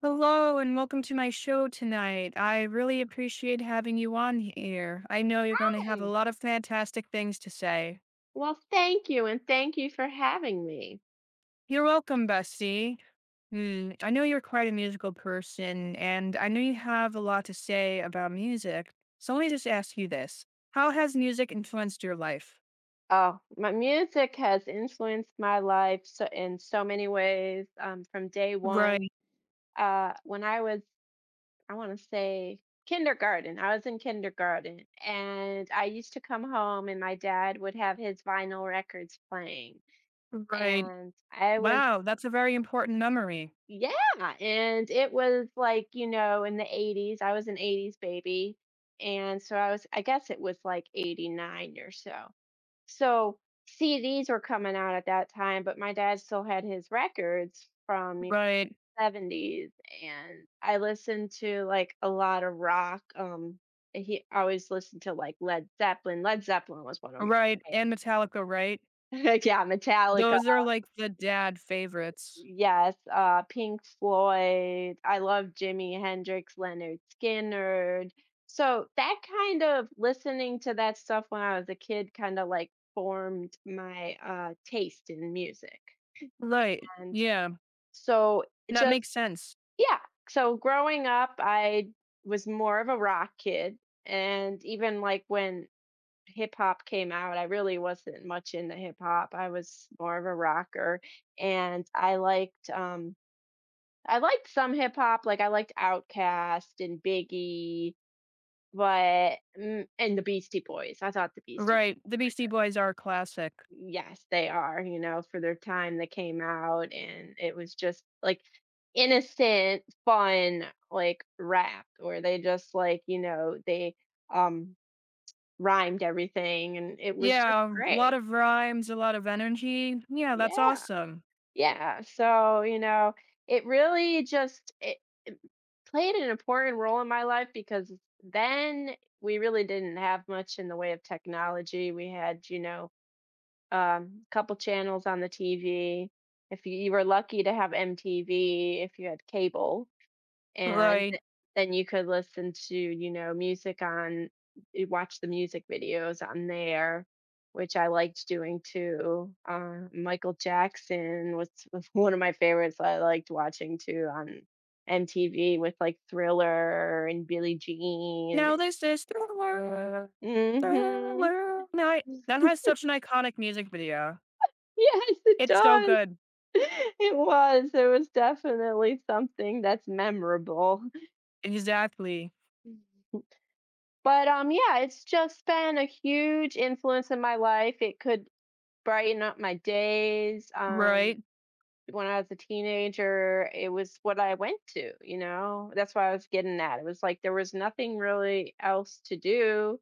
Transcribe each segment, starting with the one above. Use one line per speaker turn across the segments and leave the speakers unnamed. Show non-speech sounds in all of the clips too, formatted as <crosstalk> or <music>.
Hello and welcome to my show tonight. I really appreciate having you on here. I know you're going to have a
Hey,
lot of fantastic things to say.
well, thank you, and thank you for having me.
You're welcome, Bestie. I know you're quite a musical person, and I know you have a lot to say about music. So let me just ask you this. How has music influenced your life?
Oh, my music has influenced my life so in so many ways. From day
Right,
one, when I was, I want to say kindergarten. I was in kindergarten, and I used to come home, and my dad would have his vinyl records playing,
right.
and I was,
Wow, that's a very important memory.
yeah, and it was like, in the '80s. I was an '80s baby, and so I was, I guess it was like '89 or so. So CDs were coming out at that time, but my dad still had his records from the
Right,
'70s, and I listened to like a lot of rock. He always listened to like Led Zeppelin. Led Zeppelin was one of my
right. And Metallica, right?
favorites. <laughs> Yeah, Metallica.
Those are like the dad favorites.
Yes, Pink Floyd. I love Jimi Hendrix, Leonard Skinner. So that kind of listening to that stuff when I was a kid kind of like formed my taste in music.
Right,
And
yeah.
so it
That
just,
makes sense.
yeah. So growing up, I was more of a rock kid. And even like when hip hop came out, I really wasn't much into hip hop. I was more of a rocker. And I liked some hip hop, like I liked Outkast and Biggie, but and the Beastie Boys. I thought the Beastie
Right. The
Boys were.
Beastie Boys are a classic.
Yes, they are, for their time they came out and it was just like innocent, fun, like rap where they just like, they um rhymed everything and it was just
Yeah, a lot
great.
of rhymes, a lot of energy. Yeah, that's
Yeah.
awesome.
Yeah. So, it really just it played an important role in my life because then we really didn't have much in the way of technology. We had couple channels on the TV. If you were lucky to have MTV, if you had cable, and
Like,
then you could listen to, music on, you watch the music videos on there, which I liked doing too. Michael Jackson was, <laughs> was one of my favorites I liked watching too on MTV with like Thriller and Billie Jean.
now this is Thriller,
Hmm. <laughs>
Thriller Night. That has such an iconic music video.
Yes, it
It's so
does. <laughs>
good.
It was. It was definitely something that's memorable.
Exactly.
But yeah, it's just been a huge influence in my life. It could brighten up my days. Um
Right.
when I was a teenager, it was what I went to. That's what I was getting at. It was like there was nothing really else to do.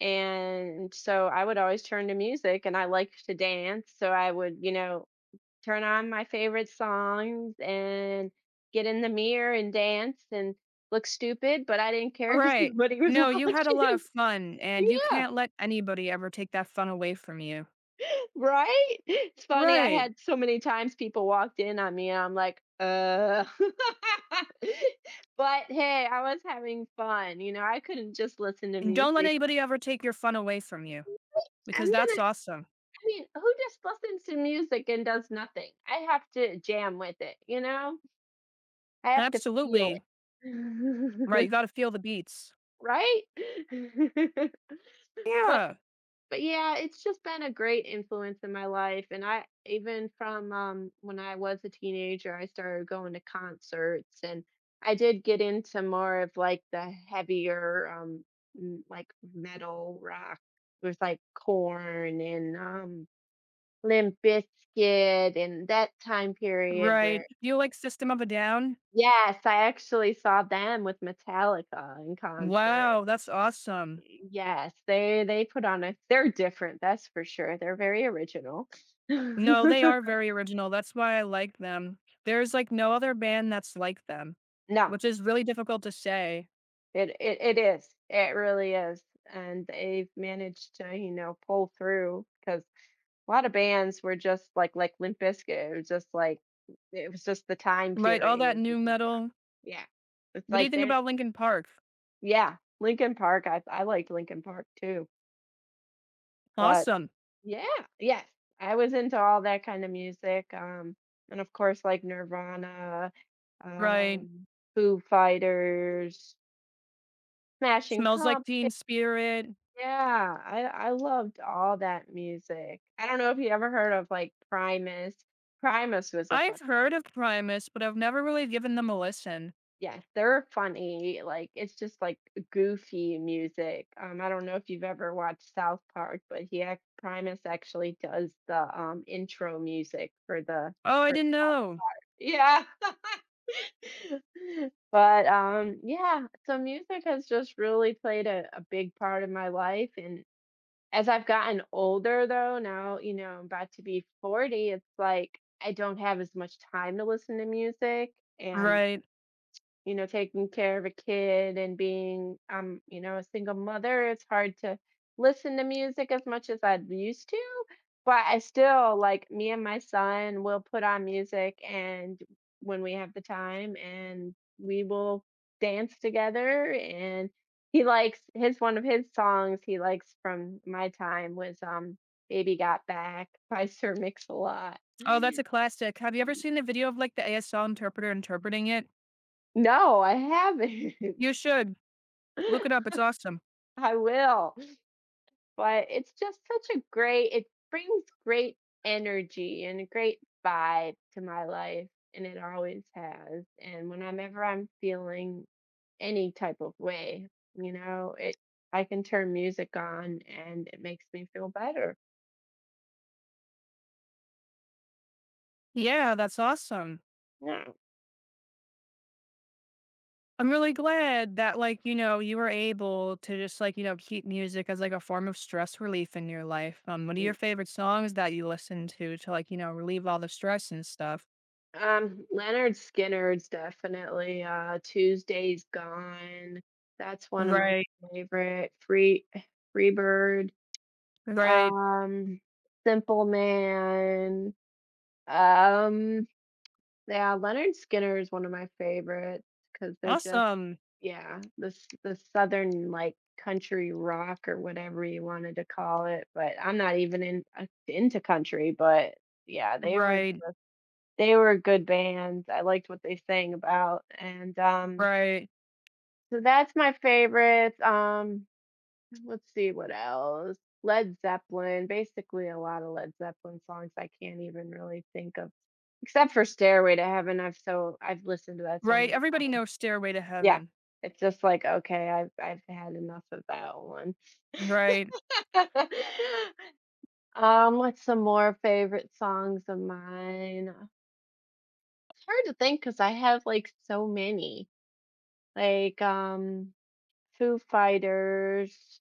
And so I would always turn to music and I liked to dance. So I would, turn on my favorite songs and get in the mirror and dance and look stupid, but I didn't care <laughs> care because
Right.
nobody was <laughs>
No, you had a
watching.
lot of fun, and you
Yeah,
can't let anybody ever take that fun away from you.
right? It's funny, I
Right.
had so many times people walked in on me and I'm like." <laughs> But hey, I was having fun, I couldn't just listen to
And don't let
music.
anybody ever take your fun away from you
I'm
because that's
gonna
awesome.
I mean, who just listens to music and does nothing? I have to jam with it, you know? I have to feel
Absolutely. Right, you
it. <laughs>
gotta feel the beats.
Right? <laughs> But
Yeah,
yeah, it's just been a great influence in my life, and I even from, when I was a teenager, I started going to concerts, and I did get into more of, like, the heavier, m like, metal rock. It was, like, Corn and Limp Bizkit and that time period
right.
where.
You like System of a Down?
Yes, I actually saw them with Metallica in concert.
Wow, that's awesome.
Yes, they put on a they're different, that's for sure. They're very original. <laughs>
No, they are very original, that's why I like them. There's, like, no other band that's like them,
No,
which is really difficult to say.
it is. It really is. And they've managed to, pull through because a lot of bands were just like Limp Bizkit. It was just like it was just the time
Right, all that
period.
new metal.
Yeah. It's
What do you
like
think
they're
about Linkin Park?
yeah, Lincoln Park. I liked Lincoln Park too. But,
Awesome.
yeah, yes, I was into all that kind of music, and of course, like, Nirvana,
Right.
um, Foo Fighters, Smashing
Smells Like Teen
Pumpkins,
Spirit.
yeah, I loved all that music. I don't know if you ever heard of, like, Primus. Primus was a fun.
I've heard of Primus, but I've never really given them a listen.
Yeah, they're funny, like, it's just, like, goofy music, I don't know if you've ever watched South Park, but he act Primus actually does the, intro music for the
Oh, I
for
didn't know.
Yeah. <laughs> But, yeah, so music has just really played a big part of my life, and as I've gotten older, though, now, I'm about to be 40, it's like I don't have as much time to listen to music, and
Right.
taking care of a kid and being, a single mother, it's hard to listen to music as much as I used to. But I still like me and my son will put on music and when we have the time and we will dance together and he likes his one of his songs he likes from my time was Baby Got Back by <laughs> Sir Mix-a-Lot.
Oh, that's a classic. Have you ever seen the video of like the ASL interpreter interpreting it?
No, I haven't.
You should. Look it up.
<laughs>
It's awesome.
I will. But it's just such a great it brings great energy and a great vibe to my life, and it always has. And whenever I'm feeling any type of way, you know, it I can turn music on and it makes me feel better.
Yeah, that's awesome.
Yeah.
I'm really glad that, you were able to just, keep music as like a form of stress relief in your life. What are
Mm.
your favorite songs that you listen to, relieve all the stress and stuff?
Leonard Skinner's definitely Tuesday's Gone. That's one of my
Right.
favorite. Freebird.
Right.
Um, Simple Man. Um, yeah, Leonard Skinner is one of my favorites because 'cause they're just
Awesome.
yeah, this the s the southern, like, country rock or whatever you wanted to call it, but I'm not even in into country, but yeah, they were
Right.
they were good bands. I liked what they sang about, and, um,
Right.
so that's my favorite. Let's see what else. Led Zeppelin, basically a lot of Led Zeppelin songs I can't even really think of. Except for Stairway to Heaven, I've listened to that so
Right.
many.
Everybody knows Stairway to
Yeah.
Heaven.
It's just like, okay, I've had enough of that one.
Right.
<laughs> What's some more favorite songs of mine? It's hard to think because I have, like, so many. Like, Foo Fighters,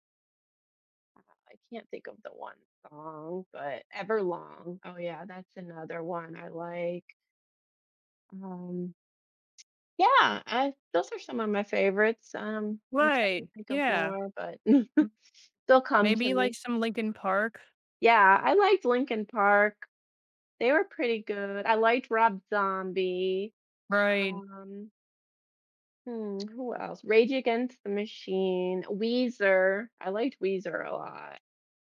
I can't think of the one song, but Everlong. Oh, yeah, that's another one I like. Um Yeah, I those are some of my favorites. I'm trying to
Right.
think of
Yeah.
more, but
M-
<laughs> they'll come to
Maybe like
me.
some Linkin Park.
Yeah, I liked Linkin Park. They were pretty good. I liked Rob Zombie.
Right,
Um, who else? Rage Against the Machine, Weezer. I liked Weezer a lot.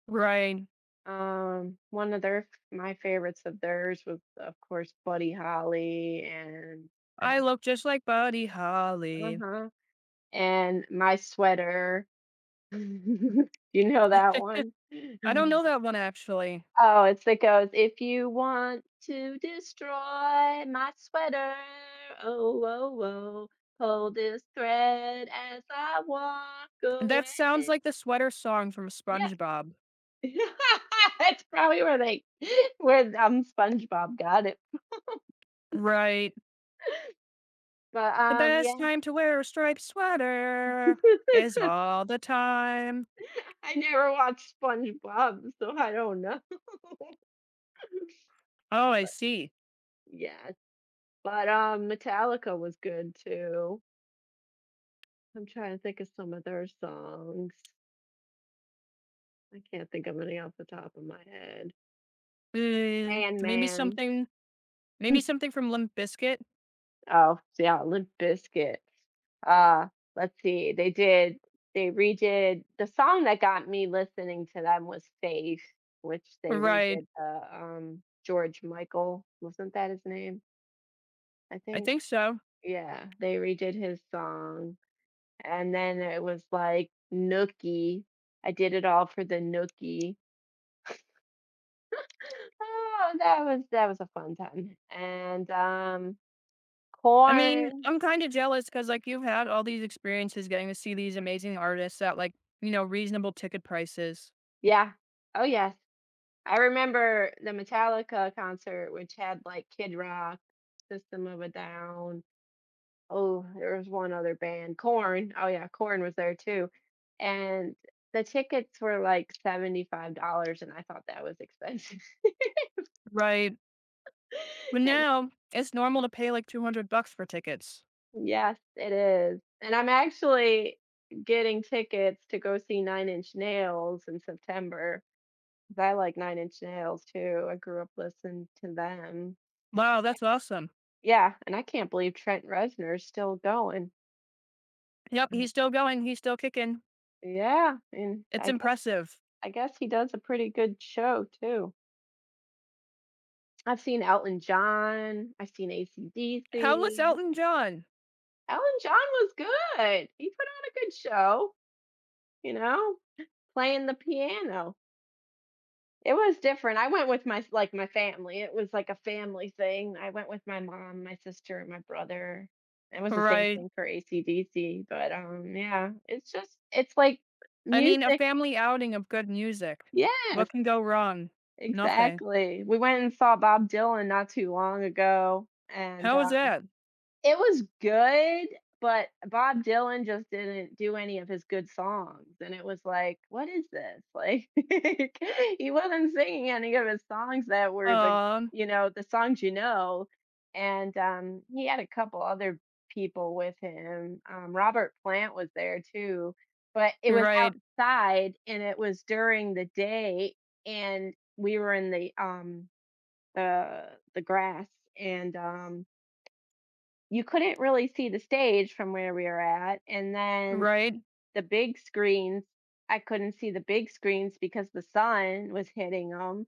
right.
One of their my favorites of theirs was, of course, Buddy Holly and,
I
uh
look just like Buddy Holly.
huh, and My Sweater. <laughs> You know that one?
<laughs> I don't
<laughs>
know that one actually.
Oh, it goes, "If you want to destroy my sweater, oh, oh, oh, pull this thread as I walk
That sounds
away."
like the sweater song from
Yeah.
SpongeBob.
<laughs> That's probably where they <laughs> where, SpongeBob got it.
Right.
But,
The best
yeah.
time to wear a striped sweater is
<laughs>
all the time.
I never watched SpongeBob, so I don't know. <laughs>
Oh, I
But,
see.
yes. But, Metallica was good too. I'm trying to think of some of their songs. I can't think of any off the top of my head.
Mm,
Man,
maybe
man.
something maybe something from Limp Bizkit?
Oh, yeah, Limp Bizkit. Uh, let's see. They redid the song that got me listening to them was Faith, which they
Right.
redid the George Michael. Wasn't that his name? I
I
think.
think so.
Yeah, they redid his song. And then it was like Nookie. I did it all for the Nookie. Oh, that was a fun time. And
I mean,
corn.
I'm kind of jealous because like you've had all these experiences getting to see these amazing artists at, reasonable ticket prices.
Yeah. Oh yes. I remember the Metallica concert which had like Kid Rock, System of a Down. Oh, there was one other band. Corn. Oh yeah, Corn was there too. And the tickets were like $75, and I thought that was expensive.
Right. But
<laughs> And
now it's normal to pay like 200 bucks for tickets.
yes, it is. And I'm actually getting tickets to go see Nine Inch Nails in September 'cause I like Nine Inch Nails too. I grew up listening to them.
Wow,
I
that's awesome.
Yeah, and I can't believe Trent Reznor's still going.
Yep,
Right.
he's still going. He's still kicking.
Yeah, and
It's
I guess
impressive.
I guess he does a pretty good show too. I've seen Elton John, I've seen
How was
AC/DC.
Elton John?
Elton John was good. He put on a good show, you know, playing the piano. It was different. I went with my family. It was like a family thing. I went with my mom, my sister, and my brother. It was the same
Right.
thing for AC/DC, but yeah, it's like
I mean, a
music.
family outing of good music. What
Yes,
can go wrong? Nothing.
exactly. We went and saw Bob Dylan not too long ago and
How was that?
it was good, but Bob Dylan just didn't do any of his good songs, and it was like, "What is this?" Like, <laughs> he wasn't singing any of his songs that were
Um,
the songs, and, he had a couple other people with him, Robert Plant was there too, but it was
right,
outside, and it was during the day, and we were in the grass, and, you couldn't really see the stage from where we were at, and then
right.
the big screens, I couldn't see the big screens because the sun was hitting them.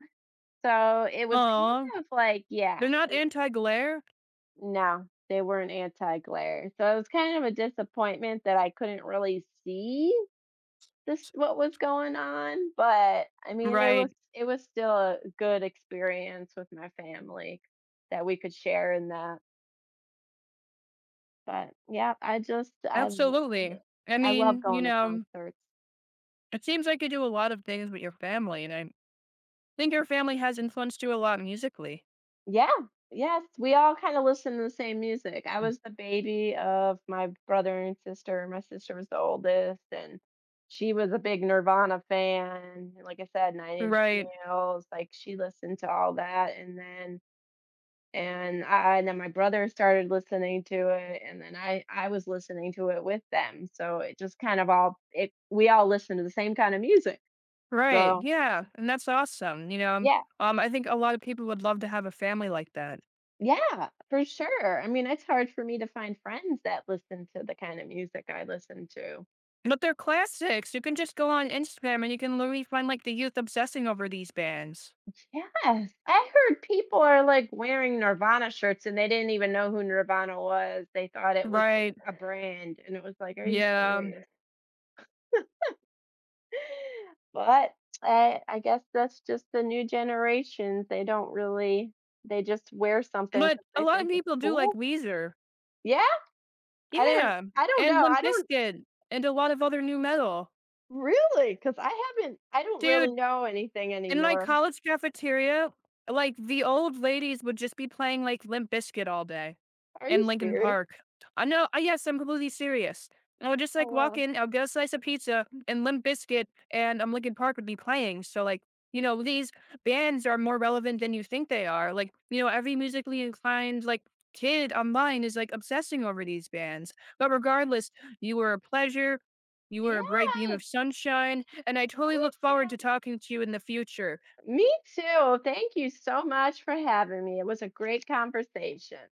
So, it was kind
Aw.
of like yeah,
They're not anti glare?
no, they weren't anti-glare. So, it was kind of a disappointment that I couldn't really see this what was going on, but I mean, it was
Right.
it was still a good experience with my family that we could share in that. But, yeah,
Absolutely. I
I love
mean, you
going to
know,
concerts.
it seems like you do a lot of things with your family, and I think your family has influenced you a lot musically.
Yeah, yes, we all kinda listen to the same music. I was the baby of my brother and sister, my sister was the oldest, and she was a big Nirvana fan, and like I said, Nine Inch
Right.
Nails, like, she listened to all that, and then my brother started listening to it, and then I was listening to it with them, so it just kind of all it we all listen to the same kind of music,
Right.
so
Yeah. And that's awesome.
yeah.
I think a lot of people would love to have a family like that.
Yeah, for sure. I mean, it's hard for me to find friends that listen to the kind of music I listen to.
But they're classics. You can just go on Instagram and you can literally find like the youth obsessing over these bands.
Yes, I heard people are like wearing Nirvana shirts and they didn't even know who Nirvana was. They thought it was like
Right.
a brand, and it was like, "Are you
Yeah.
serious?" But I guess that's just the new generations. They don't really. They just wear something
But
because
a
they
lot
think
of
it's
people do like
cool.
Weezer.
Yeah, I didn't.
Yeah.
I don't
And
know.
Limp
I don't
Bizkit and a lot of other new metal.
really because I haven't. I don't really
Dude,
know anything
in my
anymore.
college cafeteria, like, the old ladies would just be playing, like, Limp Bizkit all day
Are you
and Lincoln
serious?
Park. I know I yes, I'm completely serious. And I would just,
Oh,
like, walk
wow.
in, I'll get a slice of pizza and Limp Bizkit and, Lincoln Park would be playing, so, like, you know, these bands are more relevant than you think they are, like, you know, every musically inclined, like, kid online is, like, obsessing over these bands, but regardless, you were a pleasure, you were
Yes,
a bright beam of sunshine, and I
thank
totally look forward to
you.
talking to you in the future.
Me too. Thank you so much for having me. It was a great conversation.